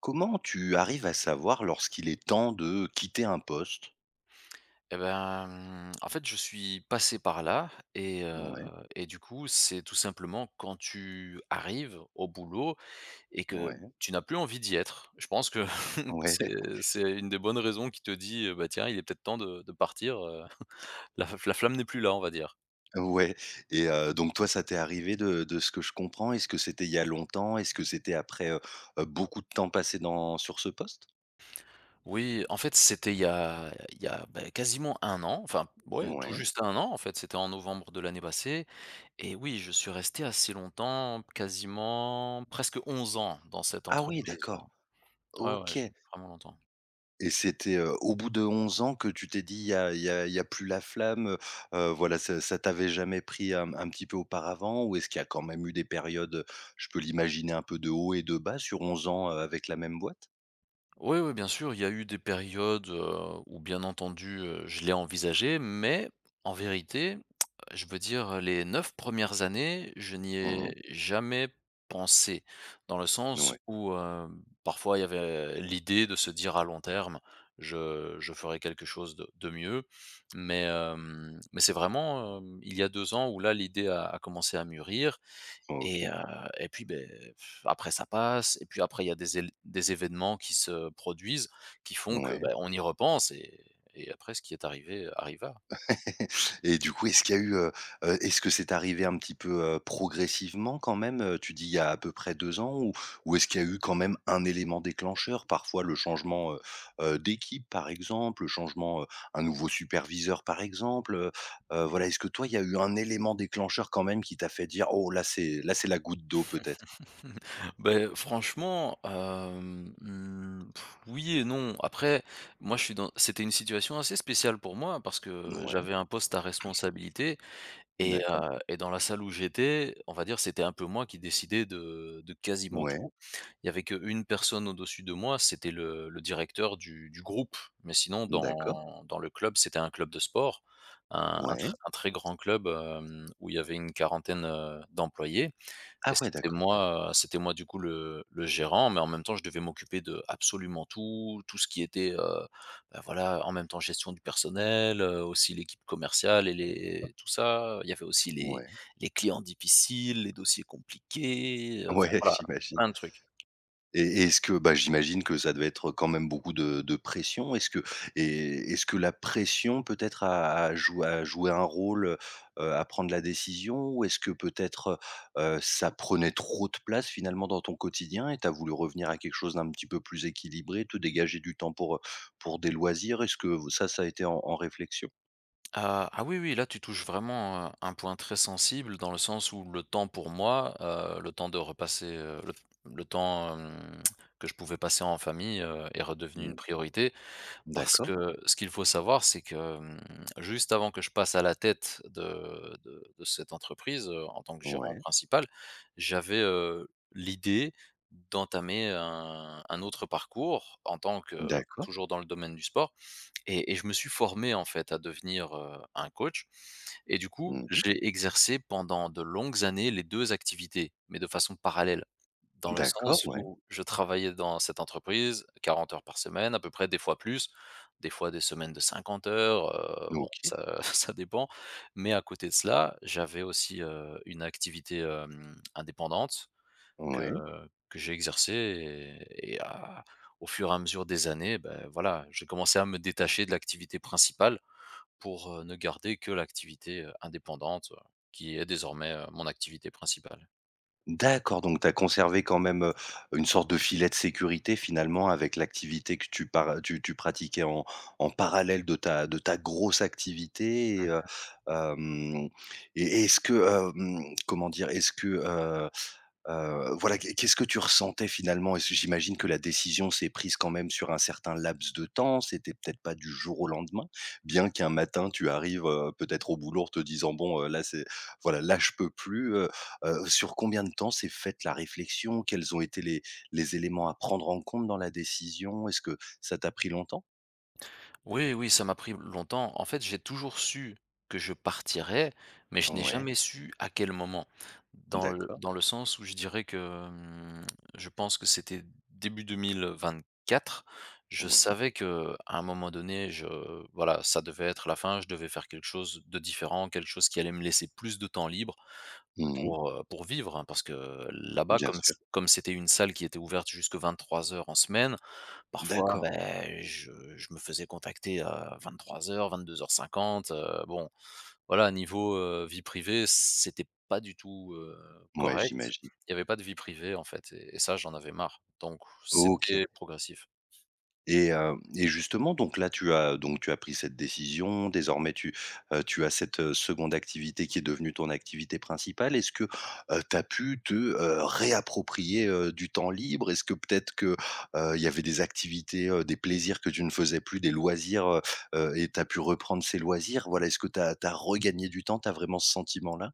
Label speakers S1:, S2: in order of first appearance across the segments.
S1: Comment tu arrives à savoir lorsqu'il est temps de quitter un poste?
S2: Eh ben, en fait, je suis passé par là et heu
S1: Ouais,
S2: et du coup, c'est tout simplement quand tu arrives au boulot et que
S1: ouais,
S2: tu n'as plus envie d'y être. Je pense que
S1: ouais,
S2: c'est une des bonnes raisons qui te dit: «Bah, tiens, il est peut-être temps de partir». La flamme n'est plus là, on va dire.
S1: ouais et donc toi, ça t'est arrivé de ce que je comprends. Est-ce que c'était il y a longtemps? Est-ce que c'était après, beaucoup de temps passé dans sur ce poste?
S2: Oui, en fait, c'était il y a, bah, quasiment un an, enfin, ouais, tout
S1: Ouais.
S2: juste un an, en fait, c'était en novembre de l'année passée et oui, je suis resté assez longtemps, quasiment presque 11 ans dans cette
S1: Ah oui,
S2: entreprise.
S1: d'accord.
S2: Ouais, ouais,
S1: OK.
S2: j'ai vraiment longtemps.
S1: Et c'était, au bout de 11 ans que tu t'es dit: «Il y a plus la flamme», voilà, ça t'avait jamais pris un petit peu auparavant? Ou est-ce qu'il y a quand même eu des périodes, je peux l'imaginer, un peu de haut et de bas sur 11 ans, avec la même boîte?
S2: Oui, oui, bien sûr, il y a eu des périodes, où bien entendu, je l'ai envisagé, mais en vérité, je veux dire, les 9 premières années, je n'y
S1: Mmh
S2: ai
S1: mh.
S2: jamais pensé. Dans le sens
S1: Ouais.
S2: où, hem, parfois il y avait l'idée de se dire à long terme: «Je ferai quelque chose de mieux», mais c'est vraiment, hem, il y a 2 ans où là l'idée a commencé à mûrir. Et
S1: OK.
S2: heu et puis, beh, après ça passe et puis après il y a des événements qui se produisent, qui font que, bah,
S1: Ouais.
S2: on y repense et après ce qui est arrivé arriva.
S1: Et du coup, est-ce qu'il y a eu, est-ce que c'est arrivé un petit peu, progressivement quand même, tu dis il y a à peu près 2 ans ou est-ce qu'il y a eu quand même un élément déclencheur? Parfois le changement, d'équipe par exemple, le changement, un nouveau superviseur par exemple, voilà, est-ce que toi il y a eu un élément déclencheur quand même qui t'a fait dire: «Oh là c'est la goutte d'eau peut-être»?
S2: Ben franchement, hem, mmh, oui et non. Après, moi je suis dans c'était une situation assez spéciale pour moi parce que
S1: Ouais,
S2: j'avais un poste à responsabilité. Et
S1: d'accord.
S2: heu et dans la salle où j'étais, on va dire, c'était un peu moi qui décidais de quasiment
S1: Ouais,
S2: tout. Il y avait qu'une personne au-dessus de moi, c'était le directeur du groupe. Mais sinon,
S1: d'accord.
S2: dans le club, c'était un club de sport,
S1: Ouais.
S2: un très grand club, hem, où il y avait une quarantaine, d'employés. Et
S1: Ah ouais,
S2: c'était
S1: d'accord.
S2: moi, du coup le gérant, mais en même temps je devais m'occuper de absolument tout, tout ce qui était, bah, voilà, en même temps gestion du personnel, aussi l'équipe commerciale et les tout ça. Il y avait aussi les
S1: Ouais.
S2: les clients difficiles, les dossiers compliqués,
S1: Ouais,
S2: enfin voilà,
S1: j'imagine.
S2: plein de trucs.
S1: Et est-ce que, bah, j'imagine que ça devait être quand même beaucoup de pression. Est-ce que la pression peut-être a joué un rôle, à prendre la décision? Ou est-ce que peut-être, ça prenait trop de place finalement dans ton quotidien et t'as voulu revenir à quelque chose d'un petit peu plus équilibré, te dégager du temps pour des loisirs? Est-ce que ça a été en réflexion?
S2: Ah, ah oui, oui, là tu touches vraiment, un point très sensible dans le sens où le temps pour moi, le temps de repasser, le temps, hem, que je pouvais passer en famille, est redevenu une
S1: Mmh.
S2: priorité. Parce
S1: D'accord.
S2: que ce qu'il faut savoir, c'est que, juste avant que je passe à la tête de cette entreprise, en tant que gérant
S1: Ouais.
S2: principal, j'avais, l'idée d'entamer un autre parcours en tant que
S1: D'accord.
S2: toujours dans le domaine du sport et je me suis formé en fait à devenir, un coach et du coup,
S1: Mmh.
S2: j'ai exercé pendant de longues années les 2 activités, mais de façon parallèle. Dans le
S1: D'accord,
S2: sens
S1: ouais.
S2: où je travaillais dans cette entreprise 40 heures par semaine à peu près, des fois plus, des fois des semaines de 50 heures, bon
S1: OK.
S2: ça ça dépend. Mais à côté de cela, j'avais aussi, une activité, hem, indépendante que
S1: Ouais.
S2: que j'ai exercée et à au fur et à mesure des années, ben voilà, j'ai commencé à me détacher de l'activité principale pour, ne garder que l'activité, indépendante, qui est désormais, mon activité principale.
S1: D'accord, donc tu as conservé quand même, une sorte de filet de sécurité finalement avec l'activité que tu pratiquais en parallèle de ta grosse activité hem, et est-ce que, comment dire? Voilà, qu'est-ce que tu ressentais finalement? Est-ce J'imagine que la décision s'est prise quand même sur un certain laps de temps, c'était peut-être pas du jour au lendemain, bien qu'un matin tu arrives, peut-être au boulot en te disant: «Bon, là c'est voilà, là je peux plus», sur combien de temps s'est faite la réflexion? Quels ont été les éléments à prendre en compte dans la décision? Est-ce que ça t'a pris longtemps?
S2: Oui, oui, ça m'a pris longtemps. En fait, j'ai toujours su que je partirais, mais je n'ai
S1: Ouais,
S2: jamais su à quel moment. Dans le
S1: d'accord,
S2: dans le sens où je dirais que, hem, je pense que c'était début 2024. Je
S1: ouais.
S2: savais que à un moment donné, je voilà, ça devait être la fin, je devais faire quelque chose de différent, quelque chose qui allait me laisser plus de temps libre
S1: Mmh.
S2: pour vivre, hein, parce que là-bas,
S1: Bien
S2: comme c
S1: sûr.
S2: comme c'était une salle qui était ouverte jusque 23h en semaine, parfois,
S1: D'accord.
S2: ben je me faisais contacter à 23:00-22:50, bon, voilà, niveau, vie privée, c'était pas du tout,
S1: Ouais,
S2: correct.
S1: j'imagine.
S2: Il y avait pas de vie privée, en fait et ça, j'en avais marre, donc
S1: OK.
S2: c'était progressif.
S1: Et justement, donc là, tu as donc tu as pris cette décision. Désormais, tu as cette, seconde activité qui est devenue ton activité principale. Est-ce que, tu as pu te, réapproprier, du temps libre? Est-ce que peut-être que, il y avait des activités, des plaisirs que tu ne faisais plus, des loisirs, et tu as pu reprendre ces loisirs? Voilà, est-ce que tu as regagné du temps? Tu as vraiment ce sentiment-là?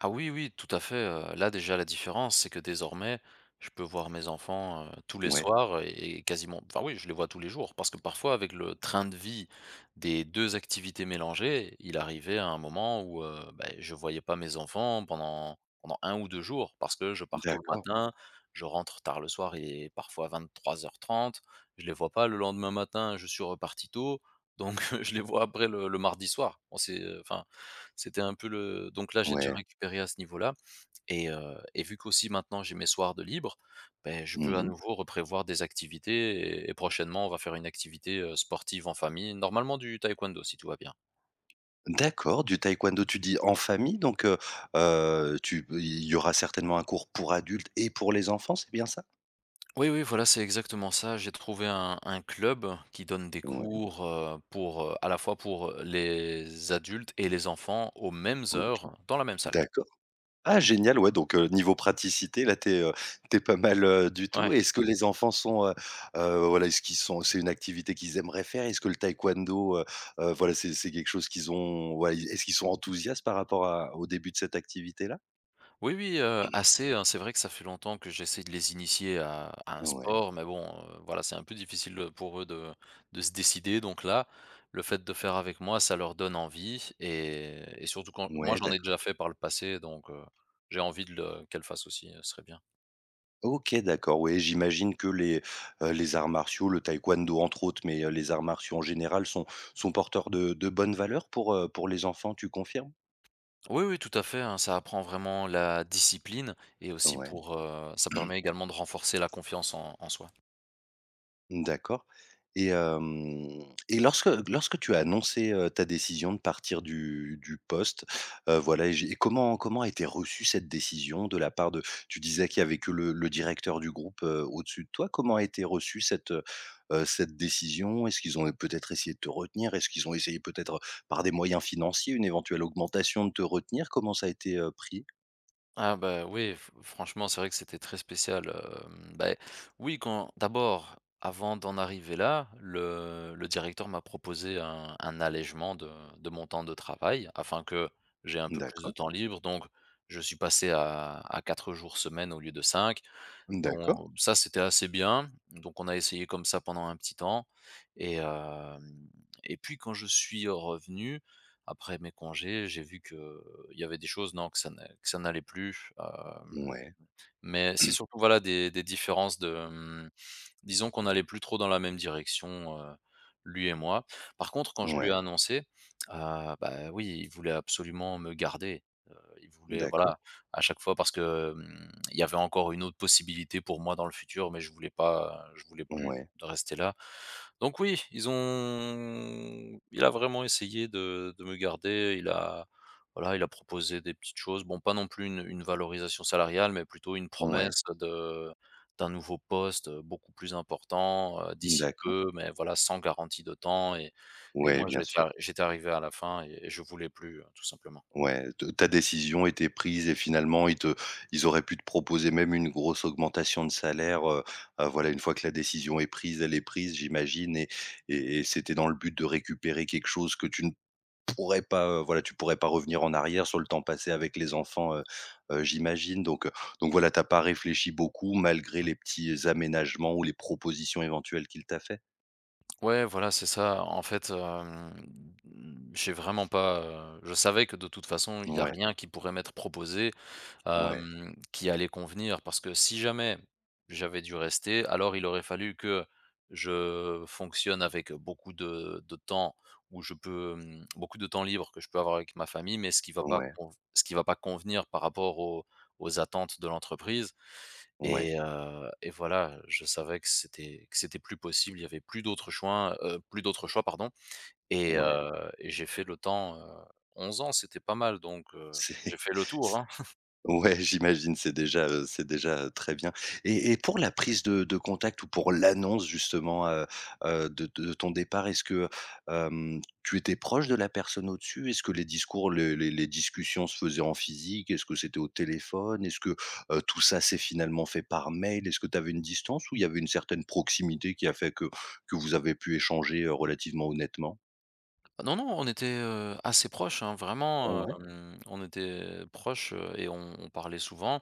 S2: Ah oui, oui, tout à fait, là déjà la différence, c'est que désormais, je peux voir mes enfants, tous les
S1: Ouais,
S2: soirs et quasiment enfin oui, je les vois tous les jours parce que parfois avec le train de vie des 2 activités mélangées, il arrivait à un moment où, beh, je voyais pas mes enfants pendant un ou 2 jours parce que je pars tôt le
S1: d'accord.
S2: matin, je rentre tard le soir, il est parfois 23h30, je les vois pas le lendemain matin, je suis reparti tôt, donc je les vois après le mardi soir. On s'est enfin, c'était un peu le, donc là, j'ai déjà
S1: Ouais.
S2: récupéré à ce niveau-là et vu qu'aussi maintenant j'ai mes soirs de libre, beh, je peux à
S1: Mmh.
S2: nouveau reprévoir des activités et prochainement, on va faire une activité, sportive en famille, normalement du taekwondo si tout va bien.
S1: D'accord, du taekwondo, tu dis en famille, donc tu il y aura certainement un cours pour adultes et pour les enfants, c'est bien ça?
S2: Oui, oui, voilà, c'est exactement ça. J'ai trouvé un club qui donne des
S1: Ouais,
S2: cours, à la fois pour les adultes et les enfants aux mêmes
S1: OK,
S2: heures dans la même salle.
S1: d'accord. Ah génial, ouais, donc niveau praticité, là, t'es es, pas mal, du tout.
S2: Ouais.
S1: Est-ce que les enfants sont, voilà, est-ce qu'ils sont c'est une activité qu'ils aimeraient faire? Est-ce que le taekwondo, voilà, c'est quelque chose qu'ils ont, ouais, est-ce qu'ils sont enthousiastes par rapport à au début de cette activité-là?
S2: Oui, oui, assez, hein. C'est vrai que ça fait longtemps que j'essaie de les initier à un
S1: Ouais,
S2: sport, mais bon, voilà, c'est un peu difficile, pour eux de se décider. Donc là, le fait de faire avec moi, ça leur donne envie et surtout quand moi,
S1: ouais,
S2: j'en ai
S1: d'accord.
S2: déjà fait par le passé, donc j'ai envie de le qu'elles fassent aussi, ce serait bien.
S1: OK, d'accord, oui, j'imagine que les arts martiaux, le taekwondo entre autres, mais les arts martiaux en général sont porteurs de bonnes valeurs pour les enfants, tu confirmes?
S2: Oui, oui, tout à fait, hein, ça apprend vraiment la discipline et aussi
S1: Ouais.
S2: ça permet également de renforcer la confiance en soi.
S1: D'accord. Et hem et lorsque tu as annoncé, ta décision de partir du poste, voilà et j'ai et comment a été reçue cette décision de la part de tu disais qu'il y avait que le directeur du groupe, au-dessus de toi. Comment a été reçue cette décision? Est-ce qu'ils ont peut-être essayé de te retenir? Est-ce qu'ils ont essayé peut-être par des moyens financiers, une éventuelle augmentation de te retenir? Comment ça a été, pris?
S2: Ah bah, oui, f franchement, c'est vrai que c'était très spécial, hem, beh, oui, quand d'abord, avant d'en arriver là, le directeur m'a proposé un allègement de mon temps de travail afin que j'ai un peu plus de
S1: D'accord,
S2: temps libre, donc je suis passé à 4 jours semaine au lieu de 5.
S1: d'accord.
S2: Donc ça, c'était assez bien. Donc on a essayé comme ça pendant un petit temps et hem et puis quand je suis revenu, après mes congés, j'ai vu que il y avait des choses, non, que ça n'a que ça n'allait plus, hem,
S1: Ouais,
S2: mais c'est surtout, voilà, des différences de Disons qu'on n'allait plus trop dans la même direction, lui et moi. Par contre, quand je lui ai
S1: ouais,
S2: annoncé, heu, bah, oui, il voulait absolument me garder. Heu, il voulait
S1: d'accord,
S2: voilà, à chaque fois parce que, hem, il y avait encore une autre possibilité pour moi dans le futur, mais je voulais pas je voulais plus
S1: ouais,
S2: de rester là. Donc oui, ils ont il a vraiment essayé de me garder. Il a voilà, il a proposé des petites choses. Bon, pas non plus une valorisation salariale, mais plutôt une
S1: ouais,
S2: promesse de d'un nouveau poste, beaucoup plus important, d'ici
S1: d'accord.
S2: peu, mais voilà, sans garantie de temps et
S1: Ouais,
S2: moi
S1: bien sûr.
S2: j'étais arrivé à la fin et je voulais plus, tout simplement.
S1: Ouais, te ta décision était prise et finalement, ils auraient pu te proposer même une grosse augmentation de salaire, voilà, une fois que la décision est prise, elle est prise, j'imagine et c'était dans le but de récupérer quelque chose que tu ne pourrais pas, voilà, tu pourrais pas revenir en arrière sur le temps passé avec les enfants, j'imagine donc voilà, tu as pas réfléchi beaucoup malgré les petits aménagements ou les propositions éventuelles qu'il t'a fait?
S2: Ouais, voilà, c'est ça. En fait, hem, j'ai vraiment pas, je savais que de toute façon, il y a
S1: Ouais,
S2: rien qui pourrait m'être proposé,
S1: ouais,
S2: hem, qui allait convenir. Parce que si jamais j'avais dû rester, alors il aurait fallu que je fonctionne avec beaucoup de temps où je peux, hem, beaucoup de temps libre que je peux avoir avec ma famille, mais
S1: ouais,
S2: ce qui va pas convenir par rapport aux attentes de l'entreprise
S1: ouais,
S2: et voilà, je savais que c'était plus possible, il y avait plus d'autres choix, plus d'autres choix, pardon et
S1: ouais,
S2: heu et j'ai fait le temps, 11 ans, c'était pas mal donc j'ai fait le tour,
S1: c'est
S2: hein.
S1: ouais, j'imagine, c'est déjà, très bien et pour la prise de contact ou pour l'annonce justement, de ton départ, est-ce que, tu étais proche de la personne au-dessus? Est-ce que les discours, les discussions se faisaient en physique? Est-ce que c'était au téléphone? Est-ce que, tout ça s'est finalement fait par mail? Est-ce que tu avais une distance ou il y avait une certaine proximité qui a fait que vous avez pu échanger, relativement honnêtement?
S2: Ah non, non, on était, assez proches, hein, vraiment,
S1: Ouais,
S2: hem, on était proches et on parlait souvent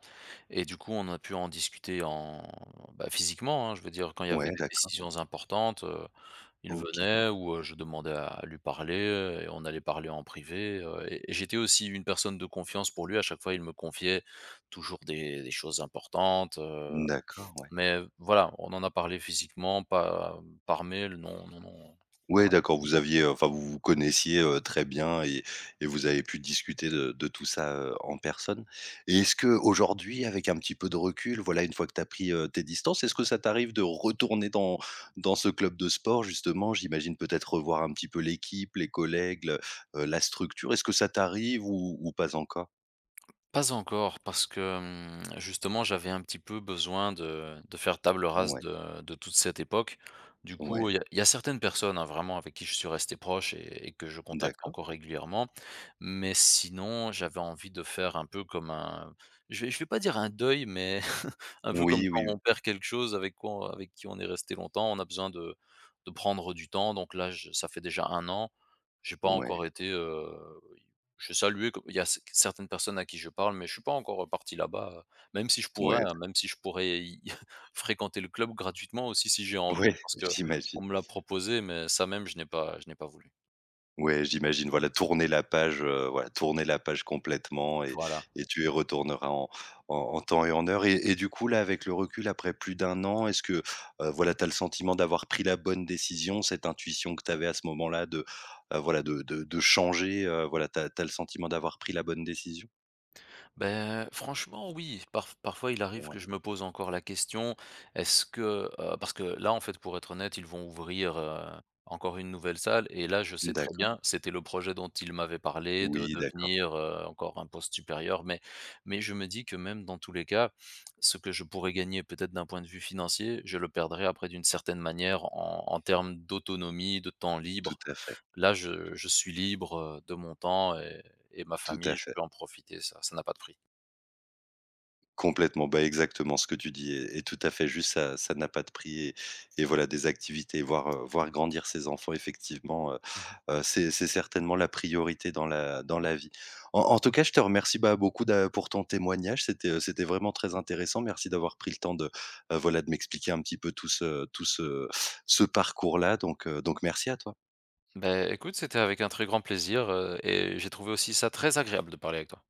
S2: et du coup, on a pu en discuter en bah, physiquement, hein. Je veux dire, quand il y avait
S1: ouais,
S2: des
S1: d'accord.
S2: décisions importantes, il
S1: OK.
S2: venait ou je demandais à lui parler et on allait parler en privé et j'étais aussi une personne de confiance pour lui. À chaque fois, il me confiait toujours des choses importantes,
S1: D'accord, ouais.
S2: mais voilà, on en a parlé physiquement, pas par mail, non, non, non.
S1: Ouais, d'accord, vous aviez, enfin, vous vous connaissiez, très bien et vous avez pu discuter de tout ça, en personne. Et est-ce que aujourd'hui, avec un petit peu de recul, voilà, une fois que tu as pris, tes distances, est-ce que ça t'arrive de retourner dans ce club de sport justement? J'imagine peut-être revoir un petit peu l'équipe, les collègues, le la structure. Est-ce que ça t'arrive ou pas encore?
S2: Pas encore, parce que justement, j'avais un petit peu besoin de faire table rase
S1: Ouais,
S2: de toute cette époque. Du coup, il y
S1: ouais,
S2: a il y a certaines personnes, hein, vraiment avec qui je suis resté proche et que je contacte
S1: d'accord.
S2: encore régulièrement. Mais sinon, j'avais envie de faire un peu comme un je vais pas dire un deuil, mais un peu comme
S1: Oui,
S2: quand
S1: oui, oui.
S2: on perd quelque chose avec qui on est resté longtemps, on a besoin de prendre du temps. Donc là, je ça fait déjà un an, j'ai pas encore
S1: Ouais,
S2: été, j'ai salué co il y a c certaines personnes à qui je parle, mais je suis pas encore, parti là-bas, même si je pourrais,
S1: ouais,
S2: hein, même si je pourrais y fréquenter le club gratuitement aussi si j'ai envie
S1: ouais,
S2: parce qu'on
S1: j'imagine.
S2: me l'a proposé, mais ça même je n'ai pas voulu.
S1: Ouais, j'imagine, voilà, tourner la page, voilà, tourner la page complètement. et
S2: Voilà.
S1: et tu y retourneras en temps et en heure. Et du coup, là, avec le recul, après plus d'un an, est-ce que, voilà, tu as le sentiment d'avoir pris la bonne décision? Cette intuition que tu avais à ce moment-là de, voilà, de changer, voilà, tu as le sentiment d'avoir pris la bonne décision?
S2: Beh, franchement, oui. Parfois, il arrive
S1: Ouais.
S2: que je me pose encore la question, est-ce que parce que là, en fait, pour être honnête, ils vont ouvrir, encore une nouvelle salle et là, je sais très
S1: D'accord.
S2: bien, c'était le projet dont ils m'avaient parlé de
S1: Oui, d'accord.
S2: devenir, encore un poste supérieur, mais je me dis que même dans tous les cas, ce que je pourrais gagner peut-être d'un point de vue financier, je le perdrais après d'une certaine manière en termes d'autonomie, de temps
S1: Tout
S2: libre.
S1: à fait,
S2: Là, je suis libre, de mon temps et ma
S1: tout
S2: famille,
S1: à
S2: je
S1: fait.
S2: peux en profiter, ça n'a pas de prix.
S1: Complètement, bah, exactement ce que tu dis est tout à fait juste, ça n'a pas de prix et voilà des activités, voir grandir ses enfants effectivement,
S2: Mmh mh.
S1: c'est certainement la priorité dans la vie. En tout cas, je te remercie, bah, beaucoup d'a pour ton témoignage, c'était vraiment très intéressant. Merci d'avoir pris le temps de, voilà de m'expliquer un petit peu tout ce parcours-là donc merci à toi.
S2: Bah, écoute, c'était avec un très grand plaisir et j'ai trouvé aussi ça très agréable de parler avec toi.